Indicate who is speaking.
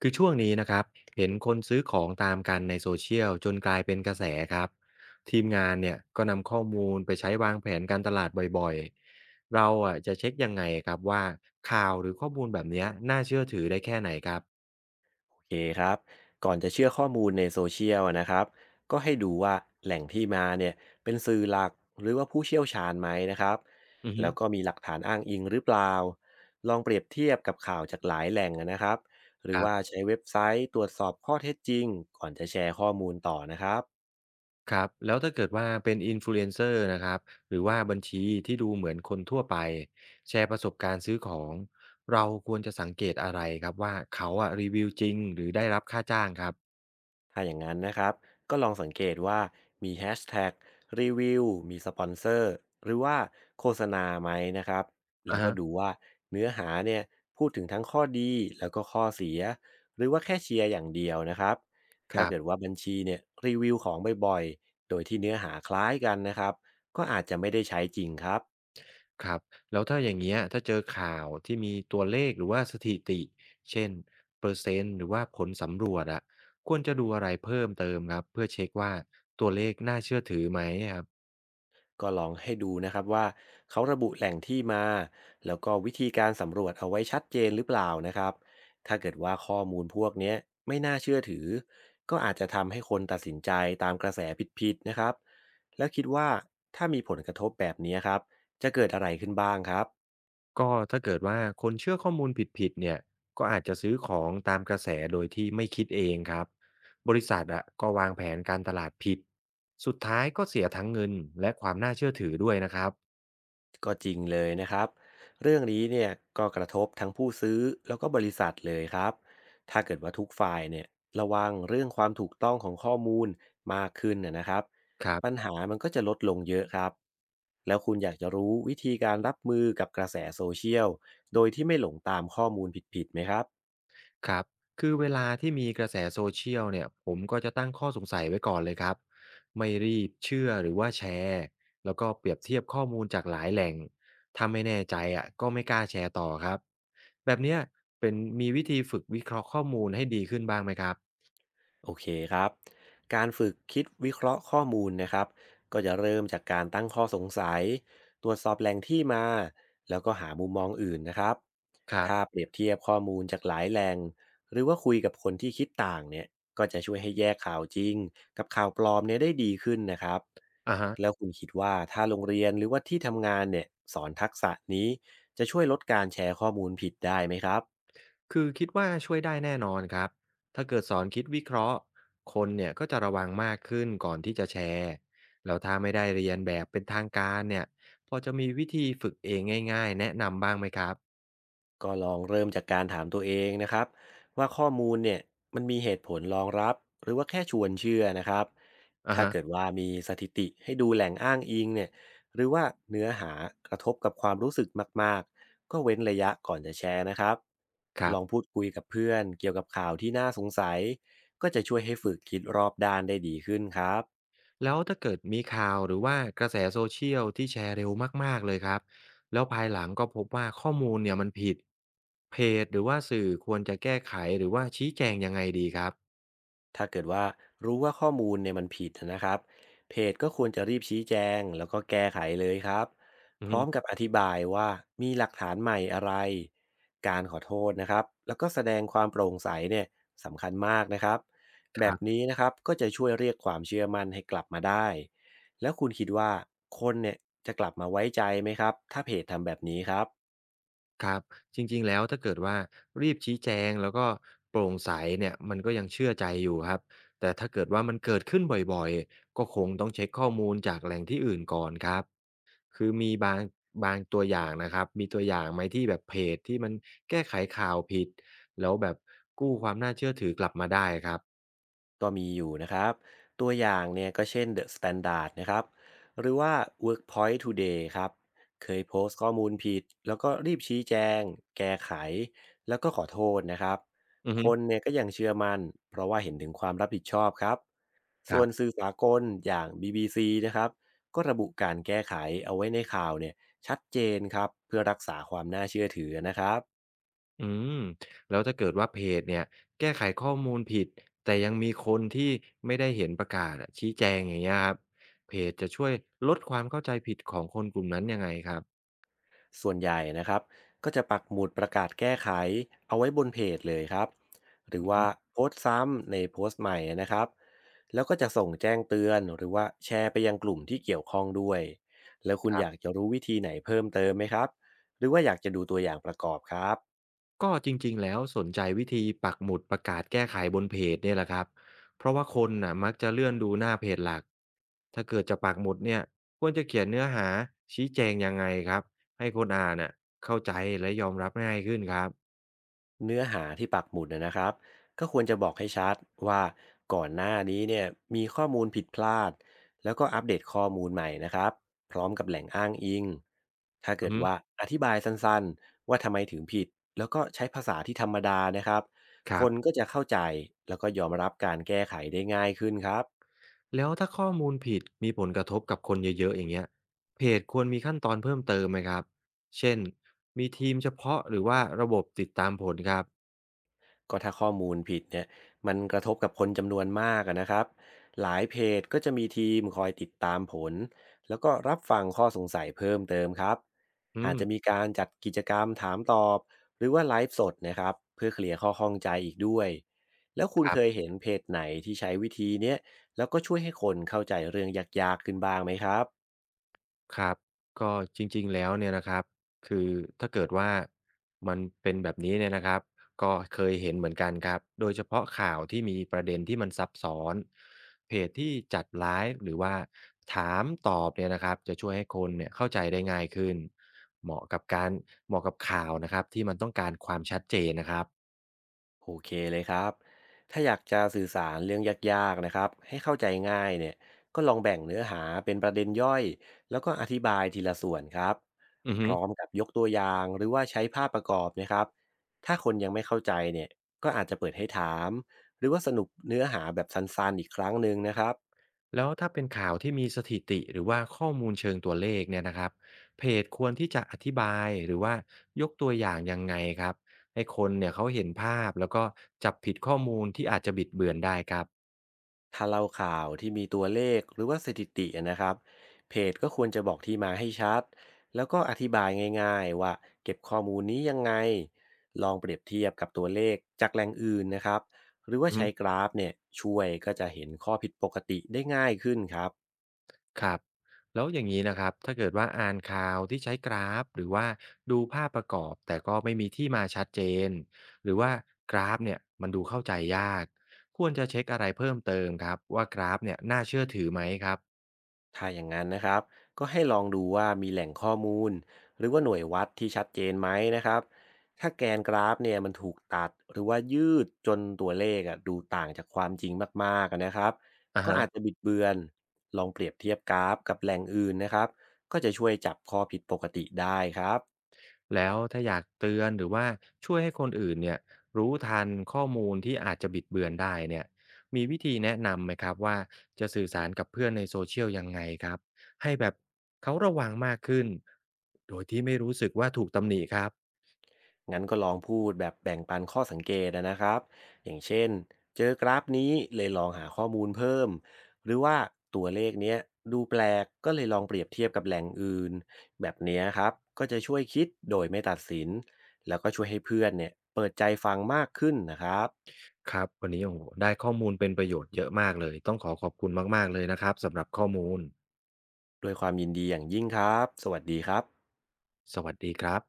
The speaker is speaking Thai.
Speaker 1: คือช่วงนี้นะครับเห็นคนซื้อของตามกันในโซเชียลจนกลายเป็นกระแสครับทีมงานเนี่ยก็นำข้อมูลไปใช้วางแผนการตลาดบ่อยๆเราอ่ะจะเช็คยังไงครับว่าข่าวหรือข้อมูลแบบเนี้ยน่าเชื่อถือได้แค่ไหนครับ
Speaker 2: โอเคครับก่อนจะเชื่อข้อมูลในโซเชียลอะนะครับก็ให้ดูว่าแหล่งที่มาเนี่ยเป็นสื่อหลักหรือว่าผู้เชี่ยวชาญไหมนะครับ
Speaker 1: อือฮึ
Speaker 2: แล้วก็มีหลักฐานอ้างอิงหรือเปล่า ลองเปรียบเทียบกับข่าวจากหลายแหล่งอะนะครับหรื
Speaker 1: ค
Speaker 2: อ
Speaker 1: รั
Speaker 2: ว่า
Speaker 1: บ
Speaker 2: ใช้เว็บไซต์ตรวจสอบข้อเท็จจริงก่อนจะแชร์ข้อมูลต่อนะครับ
Speaker 1: ครับแล้วถ้าเกิดว่าเป็นอินฟลูเอนเซอร์นะครับหรือว่าบัญชีที่ดูเหมือนคนทั่วไปแชร์ประสบการณ์ซื้อของเราควรจะสังเกตอะไรครับว่าเขาอ่ะรีวิวจริงหรือได้รับค่าจ้างครับ
Speaker 2: ถ้าอย่างนั้นนะครับก็ลองสังเกตว่ามีแฮชแท็กรีวิวมีสปอนเซอร์หรือว่าโฆษณาไหมนะครับแล้
Speaker 1: อ่า
Speaker 2: วก็
Speaker 1: ฮะ
Speaker 2: ดูว่าเนื้อหาเนี่ยพูดถึงทั้งข้อดีแล้วก็ข้อเสียหรือว่าแค่เชียร์อย่างเดียวนะครับ
Speaker 1: ค
Speaker 2: ถ้า
Speaker 1: รับ
Speaker 2: เกิดว่าบัญชีเนี่ยรีวิวของบ่อยๆโดยที่เนื้อหาคล้ายกันนะครับก็อาจจะไม่ได้ใช้จริงครับ
Speaker 1: ครับแล้วถ้าอย่างเงี้ยถ้าเจอข่าวที่มีตัวเลขหรือว่าสถิติเช่นเปอร์เซ็นต์หรือว่าผลสำรวจอะควรจะดูอะไรเพิ่มเติมครับเพื่อเช็คว่าตัวเลขน่าเชื่อถือไหมครับ
Speaker 2: ก็ลองให้ดูนะครับว่าเขาระบุแหล่งที่มาแล้วก็วิธีการสำรวจเอาไว้ชัดเจนหรือเปล่านะครับถ้าเกิดว่าข้อมูลพวกเนี้ยไม่น่าเชื่อถือก็อาจจะทำให้คนตัดสินใจตามกระแสผิดๆนะครับแล้วคิดว่าถ้ามีผลกระทบแบบนี้ครับจะเกิดอะไรขึ้นบ้างครับ
Speaker 1: ก็ถ้าเกิดว่าคนเชื่อข้อมูลผิดๆเนี่ยก็อาจจะซื้อของตามกระแสโดยที่ไม่คิดเองครับบริษัทอะก็วางแผนการตลาดผิดสุดท้ายก็เสียทั้งเงินและความน่าเชื่อถือด้วยนะครับ
Speaker 2: ก็จริงเลยนะครับเรื่องนี้เนี่ยก็กระทบทั้งผู้ซื้อแล้วก็บริษัทเลยครับถ้าเกิดว่าทุกฝ่ายเนี่ยระวังเรื่องความถูกต้องของข้อมูลมากขึ้นนะครับ
Speaker 1: ครั
Speaker 2: ปัญ
Speaker 1: บ
Speaker 2: หามันก็จะลดลงเยอะครับแล้วคุณอยากจะรู้วิธีการรับมือกับกระแสโซเชียลโดยที่ไม่หลงตามข้อมูลผิดๆไหมครับ
Speaker 1: ครับคือเวลาที่มีกระแสโซเชียลเนี่ยผมก็จะตั้งข้อสงสัยไว้ก่อนเลยครับไม่รีบเชื่อหรือว่าแชร์แล้วก็เปรียบเทียบข้อมูลจากหลายแหล่งถ้าไม่แน่ใจอ่ะก็ไม่กล้าแชร์ต่อครับแบบเนี้ยเป็นมีวิธีฝึกวิเคราะห์ข้อมูลให้ดีขึ้นบ้างไหมครับ
Speaker 2: โอเคครับ การฝึกคิดวิเคราะห์ข้อมูลนะครับก็จะเริ่มจากการตั้งข้อสงสัยตรวจสอบแหล่งที่มา แล้วก็หามุมมองอื่นนะครับ
Speaker 1: ครั
Speaker 2: ถ้า
Speaker 1: บ
Speaker 2: เปรียบเทียบข้อมูลจากหลายแหล่งหรือว่าคุยกับคนที่คิดต่างเนี่ยก็จะช่วยให้แยกข่าวจริงกับข่าวปลอมเนี่ยได้ดีขึ้นนะครับ
Speaker 1: อะฮะ
Speaker 2: แล้วคุณคิดว่าถ้าโรงเรียนหรือว่าที่ทำงานเนี่ยสอนทักษะนี้จะช่วยลดการแชร์ข้อมูลผิดได้ไหมครับ
Speaker 1: คือคิดว่าช่วยได้แน่นอนครับ ถ้าเกิดสอนคิดวิเคราะห์ คนเนี่ยก็จะระวังมากขึ้นก่อนที่จะแชร์ แล้วถ้าไม่ได้เรียนแบบเป็นทางการเนี่ยพอจะมีวิธีฝึกเองง่ายๆแนะนำบ้างไหมครับ
Speaker 2: ก็ลองเริ่มจากการถามตัวเองนะครับว่าข้อมูลเนี่ยมันมีเหตุผลรองรับหรือว่าแค่ชวนเชื่อนะครับ
Speaker 1: อ่า
Speaker 2: ถ้า
Speaker 1: ฮะ
Speaker 2: เกิดว่ามีสถิติให้ดูแหล่งอ้างอิงเนี่ยหรือว่าเนื้อหากระทบกับความรู้สึกมากๆก็เว้นระยะก่อนจะแชร์นะครับ
Speaker 1: ครั
Speaker 2: ลอง
Speaker 1: บ
Speaker 2: พูดคุยกับเพื่อนเกี่ยวกับข่าวที่น่าสงสัยก็จะช่วยให้ฝึกคิดรอบด้านได้ดีขึ้นครับ
Speaker 1: แล้วถ้าเกิดมีข่าวหรือว่ากระแสโซเชียลที่แชร์เร็วมากๆเลยครับ แล้วภายหลังก็พบว่าข้อมูลเนี่ยมันผิด เพจหรือว่าสื่อควรจะแก้ไขหรือว่าชี้แจงยังไงดีครับ
Speaker 2: ถ้าเกิดว่ารู้ว่าข้อมูลเนี่ยมันผิดนะครับเพจก็ควรจะรีบชี้แจงแล้วก็แก้ไขเลยครับ
Speaker 1: อือ
Speaker 2: พ
Speaker 1: ฮึ
Speaker 2: ร้อมกับอธิบายว่ามีหลักฐานใหม่อะไรการขอโทษนะครับแล้วก็แสดงความโปร่งใสเนี่ยสำคัญมากนะครับ
Speaker 1: ค
Speaker 2: แบ
Speaker 1: รั
Speaker 2: บ
Speaker 1: บ
Speaker 2: นี้นะครับก็จะช่วยเรียกความเชื่อมั่นให้กลับมาได้แล้วคุณคิดว่าคนเนี่ยจะกลับมาไว้ใจไหมครับถ้าเพจทำแบบนี้ครับ
Speaker 1: ครับจริงๆแล้วถ้าเกิดว่ารีบชี้แจงแล้วก็โปร่งใสเนี่ยมันก็ยังเชื่อใจอยู่ครับแต่ถ้าเกิดว่ามันเกิดขึ้นบ่อยๆก็คงต้องเช็กข้อมูลจากแหล่งที่อื่นก่อนครับคือมีบางตัวอย่างนะครับมีตัวอย่างไหมที่แบบเพจที่มันแก้ไขข่าวผิดแล้วแบบกู้ความน่าเชื่อถือกลับมาได้ครับ
Speaker 2: ก็มีอยู่นะครับตัวอย่างเนี่ยก็เช่น The Standard นะครับหรือว่า Workpoint Today ครับเคยโพสต์ข้อมูลผิดแล้วก็รีบชี้แจงแก้ไขแล้วก็ขอโทษนะครับ
Speaker 1: อือ
Speaker 2: ค
Speaker 1: ฮึ
Speaker 2: นเนี่ยก็ยังเชื่อมัน่นเพราะว่าเห็นถึงความรับผิดชอบครับ
Speaker 1: ค
Speaker 2: ส่ว
Speaker 1: รั
Speaker 2: น
Speaker 1: บ
Speaker 2: สื่อสากลอย่าง BBC นะครับก็ระบุการแก้ไขเอาไว้ในข่าวเนี่ยชัดเจนครับเพื่อรักษาความน่าเชื่อถือนะครับ
Speaker 1: อืมแล้วถ้าเกิดว่าเพจเนี่ยแก้ไขข้อมูลผิดแต่ยังมีคนที่ไม่ได้เห็นประกาศอะชี้แจงอย่างเงี้ยครับเพจจะช่วยลดความเข้าใจผิดของคนกลุ่มนั้นยังไงครับ
Speaker 2: ส่วนใหญ่นะครับก็จะปักหมุดประกาศแก้ไขเอาไว้บนเพจเลยครับหรือว่าโพสต์ซ้ำในโพสต์ใหม่นะครับแล้วก็จะส่งแจ้งเตือนหรือว่าแชร์ไปยังกลุ่มที่เกี่ยวข้องด้วยแล้วคุณ
Speaker 1: ครั
Speaker 2: อยาก
Speaker 1: บ
Speaker 2: จะรู้วิธีไหนเพิ่มเติมไหมครับหรือว่าอยากจะดูตัวอย่างประกอบครับ
Speaker 1: ก็จริงๆแล้วสนใจวิธีปักหมุดประกาศแก้ไขบนเพจเนี่ยแหละครับเพราะว่าคนน่ะมักจะเลื่อนดูหน้าเพจหลักถ้าเกิดจะปักหมุดเนี่ยควรจะเขียนเนื้อหาชี้แจงยังไงครับให้คนอ่านน่ะเข้าใจและยอมรับง่ายขึ้นครับ
Speaker 2: เนื้อหาที่ปักหมุดนะครับก็ควรจะบอกให้ชัดว่าก่อนหน้านี้เนี่ยมีข้อมูลผิดพลาดแล้วก็อัปเดตข้อมูลใหม่นะครับพร้อมกับแหล่งอ้างอิงถ้าเกิด
Speaker 1: อืม
Speaker 2: ว่าอธิบายสั้นๆว่าทำไมถึงผิดแล้วก็ใช้ภาษาที่ธรรมดานะครับ
Speaker 1: ค
Speaker 2: ค
Speaker 1: รั
Speaker 2: น
Speaker 1: บ
Speaker 2: ก็จะเข้าใจแล้วก็ยอมรับการแก้ไขได้ง่ายขึ้นครับ
Speaker 1: แล้วถ้าข้อมูลผิดมีผลกระทบกับคนเยอะๆอย่างเงี้ยเพจควรมีขั้นตอนเพิ่มเติมไหมครับเช่นมีทีมเฉพาะหรือว่าระบบติดตามผลครับ
Speaker 2: ก็ถ้าข้อมูลผิดเนี่ยมันกระทบกับคนจำนวนมากอะนะครับหลายเพจก็จะมีทีมคอยติดตามผลแล้วก็รับฟังข้อสงสัยเพิ่มเติมครับ
Speaker 1: อื
Speaker 2: อาจ
Speaker 1: ม
Speaker 2: จะมีการจัดกิจกรรมถามตอบหรือว่าไลฟ์สดนะครับเพื่อเคลียร์ข้อข้องใจอีกด้วยแล้วคุณ
Speaker 1: ครั
Speaker 2: เคย
Speaker 1: บ
Speaker 2: เห็นเพจไหนที่ใช้วิธีเนี้ยแล้วก็ช่วยให้คนเข้าใจเรื่องยากๆขึ้นบ้างไหมครับ
Speaker 1: ครับก็จริงๆแล้วเนี่ยนะครับคือถ้าเกิดว่ามันเป็นแบบนี้เนี่ยนะครับก็เคยเห็นเหมือนกันครับโดยเฉพาะข่าวที่มีประเด็นที่มันซับซ้อนเพจที่จัดไลฟ์หรือว่าถามตอบเนี่ยนะครับจะช่วยให้คนเนี่ยเข้าใจได้ง่ายขึ้นเหมาะกับการเหมาะกับข่าวนะครับที่มันต้องการความชัดเจนนะครับ
Speaker 2: โอเคเลยครับ ถ้าอยากจะสื่อสารเรื่องยากๆนะครับให้เข้าใจง่ายเนี่ยก็ลองแบ่งเนื้อหาเป็นประเด็นย่อยแล้วก็อธิบายทีละส่วนครับ
Speaker 1: อือ
Speaker 2: พ
Speaker 1: ฮึ
Speaker 2: ร้อมกับยกตัวอย่างหรือว่าใช้ภาพประกอบนะครับถ้าคนยังไม่เข้าใจเนี่ยก็อาจจะเปิดให้ถามหรือว่าสนุปเนื้อหาแบบสั้นๆอีกครั้งหนึ่งนะครับ
Speaker 1: แล้วถ้าเป็นข่าวที่มีสถิติหรือว่าข้อมูลเชิงตัวเลขเนี่ยนะครับเพจควรที่จะอธิบายหรือว่ายกตัวอย่างยังไงครับให้คนเนี่ยเขาเห็นภาพแล้วก็จับผิดข้อมูลที่อาจจะบิดเบือนได้ครับ
Speaker 2: ถ้าเล่าข่าวที่มีตัวเลขหรือว่าสถิติอะนะครับเพจก็ควรจะบอกที่มาให้ชัดแล้วก็อธิบายง่ายๆว่าเก็บข้อมูลนี้ยังไงลองเปรียบเทียบกับตัวเลขจากแหล่งอื่นนะครับหรือว่า
Speaker 1: อื
Speaker 2: ใช้ก
Speaker 1: ม
Speaker 2: ราฟเนี่ยช่วยก็จะเห็นข้อผิดปกติได้ง่ายขึ้นครับ
Speaker 1: ครับแล้วอย่างนี้นะครับถ้าเกิดว่าอ่านข่าวที่ใช้กราฟหรือว่าดูภาพประกอบแต่ก็ไม่มีที่มาชัดเจนหรือว่ากราฟเนี่ยมันดูเข้าใจยากควรจะเช็คอะไรเพิ่มเติมครับว่ากราฟเนี่ยน่าเชื่อถือไหมครับ
Speaker 2: ถ้าอย่างนั้นนะครับก็ให้ลองดูว่ามีแหล่งข้อมูลหรือว่าหน่วยวัดที่ชัดเจนไหมนะครับถ้าแกนกราฟเนี่ยมันถูกตัดหรือว่ายืดจนตัวเลขอะดูต่างจากความจริงมากๆอะนะครับ
Speaker 1: อ่า
Speaker 2: ก็
Speaker 1: ฮะ
Speaker 2: อาจจะบิดเบือนลองเปรียบเทียบกราฟกับแหล่งอื่นนะครับก็จะช่วยจับข้อผิดปกติได้ครับ
Speaker 1: แล้วถ้าอยากเตือนหรือว่าช่วยให้คนอื่นเนี่ยรู้ทันข้อมูลที่อาจจะบิดเบือนได้เนี่ยมีวิธีแนะนำไหมครับว่าจะสื่อสารกับเพื่อนในโซเชียลยังไงครับให้แบบเขาระวังมากขึ้นโดยที่ไม่รู้สึกว่าถูกตำหนิครับ
Speaker 2: งั้นก็ลองพูดแบบแบ่งปันข้อสังเกตอะนะครับอย่างเช่นเจอกราฟนี้เลยลองหาข้อมูลเพิ่มหรือว่าตัวเลขเนี้ยดูแปลกก็เลยลองเปรียบเทียบกับแหล่งอื่นแบบเนี้ยครับก็จะช่วยคิดโดยไม่ตัดสินแล้วก็ช่วยให้เพื่อนเนี่ยเปิดใจฟังมากขึ้นนะครับ
Speaker 1: ครับวันนี้โอ้โหได้ข้อมูลเป็นประโยชน์เยอะมากเลยต้องขอขอบคุณมากๆเลยนะครับสำหรับข้อมูล
Speaker 2: ด้วยความยินดีอย่างยิ่งครับสวัสดีครับ
Speaker 1: สวัสดีครับ